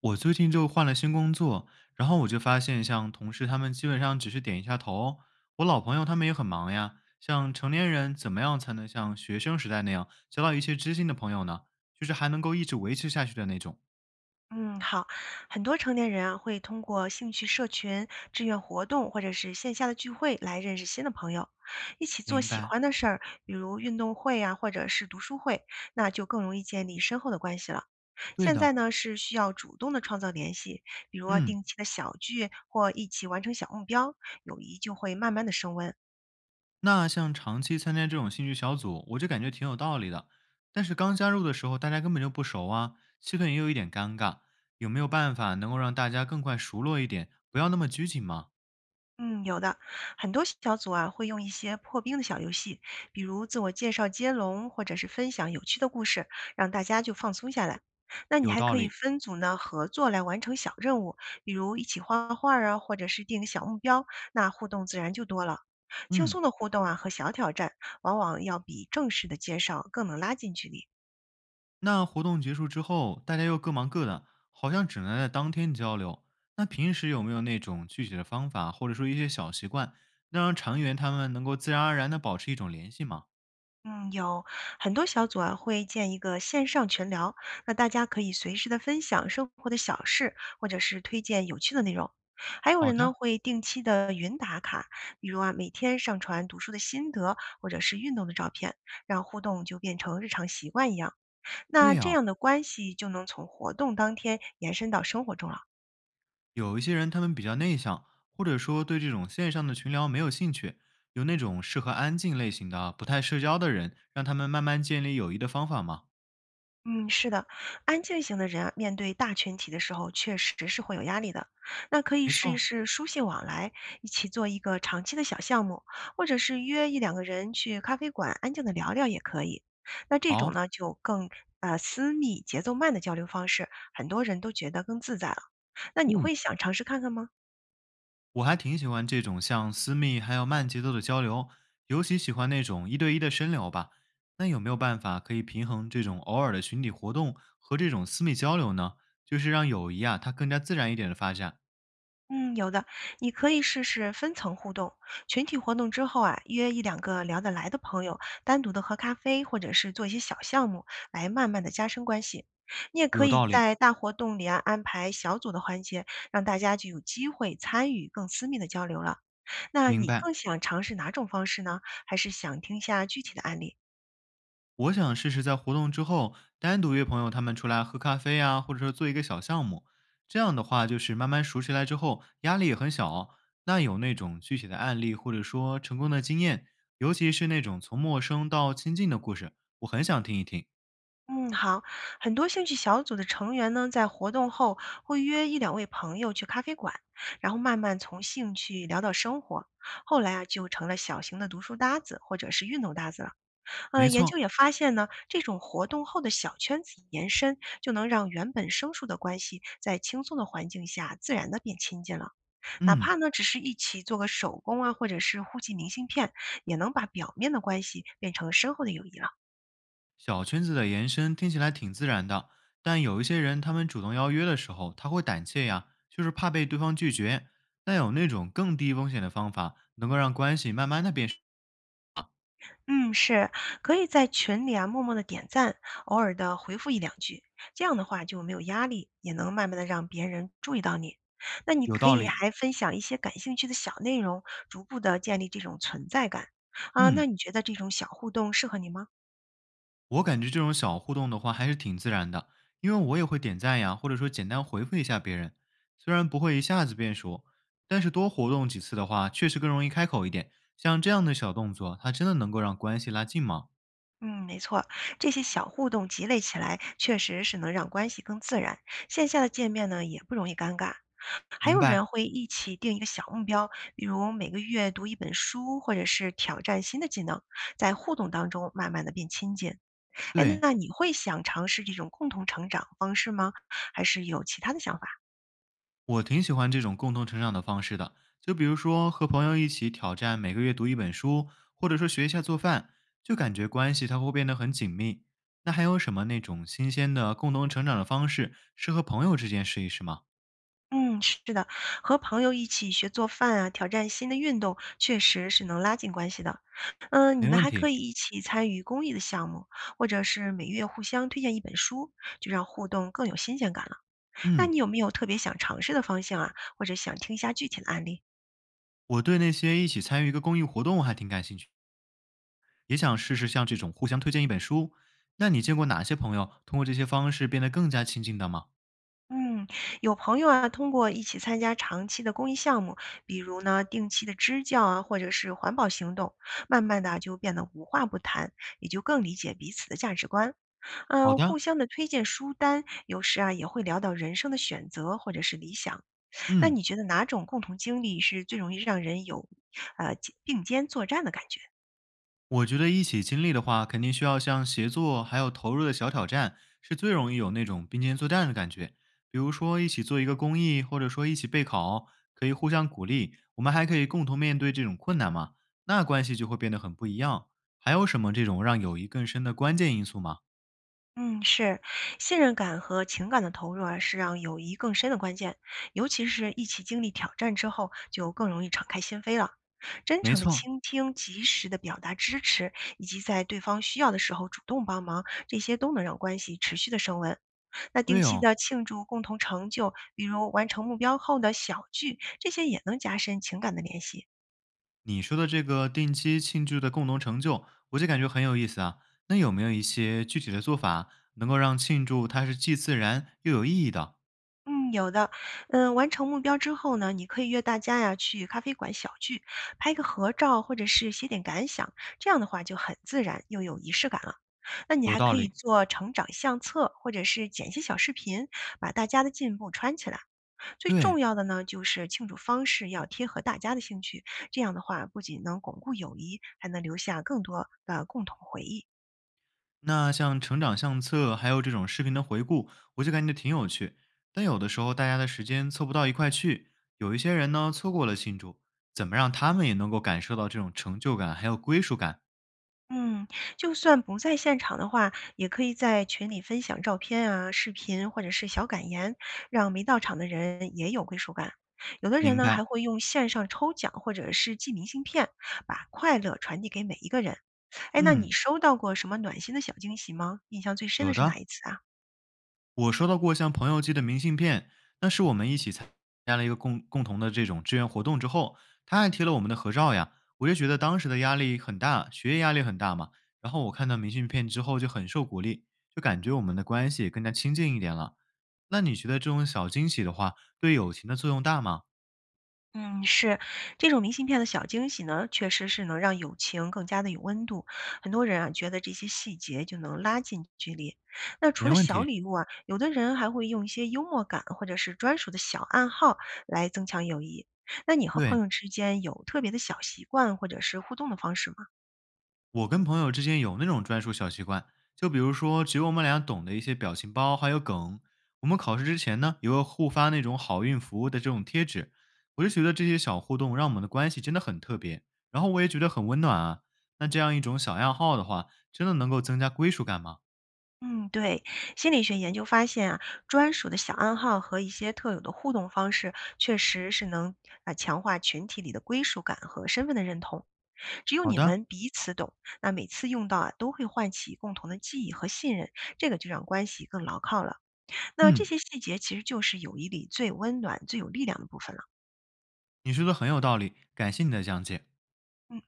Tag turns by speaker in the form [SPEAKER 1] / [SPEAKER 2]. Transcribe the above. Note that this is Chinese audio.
[SPEAKER 1] 我最近就换了新工作，然后我就发现，像同事他们基本上只是点一下头。我老朋友他们也很忙呀，像成年人怎么样才能像学生时代那样交到一些知心的朋友呢？就是还能够一直维持下去的那种。
[SPEAKER 2] 嗯，好，很多成年人啊会通过兴趣社群、志愿活动或者是线下的聚会来认识新的朋友，一起做
[SPEAKER 1] 明
[SPEAKER 2] 喜
[SPEAKER 1] 白，
[SPEAKER 2] 欢的事儿，比如运动会啊，或者是读书会，那就更容易建立深厚的关系了。
[SPEAKER 1] 对
[SPEAKER 2] 现
[SPEAKER 1] 的，
[SPEAKER 2] 在呢是需要主动的创造联系，比如啊
[SPEAKER 1] 嗯，
[SPEAKER 2] 定期的小聚或一起完成小目标，友谊就会慢慢的升温。
[SPEAKER 1] 那像长期参加这种兴趣小组，我就感觉挺有道理的。但是刚加入的时候，大家根本就不熟啊，气氛也有一点尴尬。有没有办法能够让大家更快熟络一点，不要那么拘谨嘛？
[SPEAKER 2] 嗯，有的，很多小组啊会用一些破冰的小游戏，比如自我介绍接龙，或者是分享有趣的故事，让大家就放松下来。那你
[SPEAKER 1] 有
[SPEAKER 2] 还
[SPEAKER 1] 道
[SPEAKER 2] 可以
[SPEAKER 1] 理，
[SPEAKER 2] 分组呢合作来完成小任务，比如一起画画啊，或者是定个小目标，那互动自然就多了。轻
[SPEAKER 1] 嗯。
[SPEAKER 2] 松的互动啊和小挑战，往往要比正式的介绍更能拉近距离。
[SPEAKER 1] 那活动结束之后，大家又各忙各的，好像只能在当天交流。那平时有没有那种具体的方法，或者说一些小习惯，能让成员他们能够自然而然的保持一种联系吗？
[SPEAKER 2] 嗯，有很多小组啊会建一个线上群聊，那大家可以随时的分享生活的小事，或者是推荐有趣的内容。还有
[SPEAKER 1] 好
[SPEAKER 2] 人呢
[SPEAKER 1] 的，
[SPEAKER 2] 会定期的云打卡，比如啊每天上传读书的心得或者是运动的照片，让互动就变成日常习惯一样。
[SPEAKER 1] 对
[SPEAKER 2] 那
[SPEAKER 1] 呀、
[SPEAKER 2] 这样的关系就能从活动当天延伸到生活中了。
[SPEAKER 1] 有一些人他们比较内向，或者说对这种线上的群聊没有兴趣，有那种适合安静类型的、不太社交的人，让他们慢慢建立友谊的方法吗？
[SPEAKER 2] 嗯，是的，安静型的人啊，面对大群体的时候，确实是会有压力的。那可以
[SPEAKER 1] 没
[SPEAKER 2] 试一
[SPEAKER 1] 错，
[SPEAKER 2] 试书信往来，一起做一个长期的小项目，或者是约一两个人去咖啡馆安静的聊聊也可以。那这种
[SPEAKER 1] 好，
[SPEAKER 2] 呢，就更私密、节奏慢的交流方式，很多人都觉得更自在了。那你
[SPEAKER 1] 嗯。
[SPEAKER 2] 会想尝试看看吗？
[SPEAKER 1] 我还挺喜欢这种像私密还有慢节奏的交流，尤其喜欢那种一对一的深聊吧。那有没有办法可以平衡这种偶尔的群体活动和这种私密交流呢？就是让友谊啊，它更加自然一点的发展。
[SPEAKER 2] 嗯，有的，你可以试试分层互动。群体活动之后啊，约一两个聊得来的朋友，单独的喝咖啡，或者是做一些小项目，来慢慢的加深关系。你也可
[SPEAKER 1] 有
[SPEAKER 2] 以
[SPEAKER 1] 道理，
[SPEAKER 2] 在大活动里啊安排小组的环节，让大家就有机会参与更私密的交流了。那
[SPEAKER 1] 明
[SPEAKER 2] 你
[SPEAKER 1] 白。
[SPEAKER 2] 更想尝试哪种方式呢？还是想听下具体的案例？
[SPEAKER 1] 我想试试在活动之后单独约朋友他们出来喝咖啡啊，或者说做一个小项目。这样的话，就是慢慢熟起来之后，压力也很小。那有那种具体的案例，或者说成功的经验，尤其是那种从陌生到亲近的故事，我很想听一听。
[SPEAKER 2] 嗯，好。很多兴趣小组的成员呢，在活动后会约一两位朋友去咖啡馆，然后慢慢从兴趣聊到生活，后来啊就成了小型的读书搭子或者是运动搭子了。
[SPEAKER 1] 没
[SPEAKER 2] 研究
[SPEAKER 1] 错，
[SPEAKER 2] 也发现呢，这种活动后的小圈子延伸，就能让原本生疏的关系在轻松的环境下自然的变亲近了。哪
[SPEAKER 1] 嗯，
[SPEAKER 2] 怕呢只是一起做个手工啊，或者是互寄明信片，也能把表面的关系变成深厚的友谊了。
[SPEAKER 1] 小圈子的延伸听起来挺自然的，但有一些人他们主动邀约的时候，他会胆怯呀，就是怕被对方拒绝。那有那种更低风险的方法，能够让关系慢慢的变深。
[SPEAKER 2] 嗯，是，可以在群里啊默默的点赞，偶尔的回复一两句，这样的话就没有压力，也能慢慢的让别人注意到你。那你
[SPEAKER 1] 有
[SPEAKER 2] 可
[SPEAKER 1] 道
[SPEAKER 2] 以
[SPEAKER 1] 理。
[SPEAKER 2] 还分享一些感兴趣的小内容，逐步的建立这种存在感。啊，
[SPEAKER 1] 嗯，
[SPEAKER 2] 那你觉得这种小互动适合你吗？
[SPEAKER 1] 我感觉这种小互动的话还是挺自然的，因为我也会点赞呀，或者说简单回复一下别人。虽然不会一下子变熟，但是多活动几次的话，确实更容易开口一点。像这样的小动作，它真的能够让关系拉近吗？
[SPEAKER 2] 嗯，没错，这些小互动积累起来，确实是能让关系更自然。线下的见面呢，也不容易尴尬。还
[SPEAKER 1] 明
[SPEAKER 2] 有
[SPEAKER 1] 白，
[SPEAKER 2] 人会一起定一个小目标，比如每个月读一本书，或者是挑战新的技能，在互动当中慢慢的变亲近。哎，
[SPEAKER 1] 对，
[SPEAKER 2] 那你会想尝试这种共同成长方式吗？还是有其他的想法？
[SPEAKER 1] 我挺喜欢这种共同成长的方式的。就比如说和朋友一起挑战每个月读一本书，或者说学一下做饭，就感觉关系它会变得很紧密。那还有什么那种新鲜的共同成长的方式，适合朋友之间试一试吗？
[SPEAKER 2] 嗯，是的，和朋友一起学做饭啊，挑战新的运动，确实是能拉近关系的。嗯，你
[SPEAKER 1] 没
[SPEAKER 2] 们
[SPEAKER 1] 问
[SPEAKER 2] 还可
[SPEAKER 1] 题。
[SPEAKER 2] 以一起参与公益的项目，或者是每月互相推荐一本书，就让互动更有新鲜感了。那
[SPEAKER 1] 嗯，
[SPEAKER 2] 你有没有特别想尝试的方向啊？或者想听一下具体的案例？
[SPEAKER 1] 我对那些一起参与一个公益活动还挺感兴趣，也想试试像这种互相推荐一本书。那你见过哪些朋友通过这些方式变得更加亲近的吗？
[SPEAKER 2] 嗯，有朋友啊，通过一起参加长期的公益项目，比如呢定期的支教啊，或者是环保行动，慢慢的就变得无话不谈，也就更理解彼此的价值观。
[SPEAKER 1] 好
[SPEAKER 2] 嗯，
[SPEAKER 1] 的，
[SPEAKER 2] 互相的推荐书单，有时啊也会聊到人生的选择或者是理想。那
[SPEAKER 1] 嗯，
[SPEAKER 2] 你觉得哪种共同经历是最容易让人有呃并肩作战的感觉？
[SPEAKER 1] 我觉得一起经历的话，肯定需要像协作还有投入的小挑战，是最容易有那种并肩作战的感觉。比如说一起做一个公益，或者说一起备考，可以互相鼓励，我们还可以共同面对这种困难嘛，那关系就会变得很不一样。还有什么这种让友谊更深的关键因素吗？
[SPEAKER 2] 嗯，是，信任感和情感的投入啊，是让友谊更深的关键，尤其是一起经历挑战之后，就更容易敞开心扉了。真
[SPEAKER 1] 没
[SPEAKER 2] 诚的
[SPEAKER 1] 错，
[SPEAKER 2] 倾听、及时的表达支持，以及在对方需要的时候主动帮忙，这些都能让关系持续的升温。那定
[SPEAKER 1] 对
[SPEAKER 2] 期
[SPEAKER 1] 哦，
[SPEAKER 2] 的庆祝共同成就，比如完成目标后的小聚，这些也能加深情感的联系。
[SPEAKER 1] 你说的这个定期庆祝的共同成就，我就感觉很有意思啊。那有没有一些具体的做法，能够让庆祝它是既自然又有意义的？
[SPEAKER 2] 嗯，有的，嗯，完成目标之后呢，你可以约大家呀去咖啡馆小聚，拍个合照，或者是写点感想，这样的话就很自然又有仪式感了。那你
[SPEAKER 1] 有
[SPEAKER 2] 还
[SPEAKER 1] 道
[SPEAKER 2] 可以
[SPEAKER 1] 理。
[SPEAKER 2] 做成长相册，或者是剪一些小视频，把大家的进步穿起来。最
[SPEAKER 1] 对，
[SPEAKER 2] 重要的呢，就是庆祝方式要贴合大家的兴趣，这样的话不仅能巩固友谊，还能留下更多的共同回忆。
[SPEAKER 1] 那像成长相册，还有这种视频的回顾，我就感觉挺有趣。但有的时候大家的时间凑不到一块去，有一些人呢错过了庆祝，怎么让他们也能够感受到这种成就感还有归属感？
[SPEAKER 2] 嗯，就算不在现场的话，也可以在群里分享照片啊、视频或者是小感言，让没到场的人也有归属感。有的人
[SPEAKER 1] 明
[SPEAKER 2] 呢，
[SPEAKER 1] 白，
[SPEAKER 2] 还会用线上抽奖或者是寄明信片，把快乐传递给每一个人。哎，那你
[SPEAKER 1] 嗯，
[SPEAKER 2] 收到过什么暖心的小惊喜吗？印象最深
[SPEAKER 1] 有
[SPEAKER 2] 的是
[SPEAKER 1] 的。
[SPEAKER 2] 哪一次啊？
[SPEAKER 1] 我收到过像朋友寄的明信片，那是我们一起参加了一个共同的这种志愿活动之后，他还贴了我们的合照呀。我就觉得当时的压力很大，学业压力很大嘛。然后我看到明信片之后就很受鼓励，就感觉我们的关系也更加亲近一点了。那你觉得这种小惊喜的话，对友情的作用大吗？
[SPEAKER 2] 嗯，是，这种明信片的小惊喜呢，确实是能让友情更加的有温度。很多人啊，觉得这些细节就能拉近距离。那除
[SPEAKER 1] 没
[SPEAKER 2] 了
[SPEAKER 1] 问
[SPEAKER 2] 小
[SPEAKER 1] 题，
[SPEAKER 2] 礼物啊，有的人还会用一些幽默感或者是专属的小暗号来增强友谊。那你和朋
[SPEAKER 1] 对。
[SPEAKER 2] 友之间有特别的小习惯或者是互动的方式吗？
[SPEAKER 1] 我跟朋友之间有那种专属小习惯，就比如说只有我们俩懂的一些表情包还有梗。我们考试之前呢，也会互发那种好运服务的这种贴纸。我就觉得这些小互动让我们的关系真的很特别，然后我也觉得很温暖啊。那这样一种小爱好的话，真的能够增加归属感吗？
[SPEAKER 2] 嗯，对，心理学研究发现啊，专属的小暗号和一些特有的互动方式，确实是能啊、强化群体里的归属感和身份的认同。只有
[SPEAKER 1] 好
[SPEAKER 2] 你
[SPEAKER 1] 的，
[SPEAKER 2] 们彼此懂，那每次用到啊，都会唤起共同的记忆和信任，这个就让关系更牢靠了。那这
[SPEAKER 1] 嗯，
[SPEAKER 2] 些细节其实就是友谊里最温暖、最有力量的部分了。
[SPEAKER 1] 你说的很有道理，感谢你的讲解。
[SPEAKER 2] 嗯。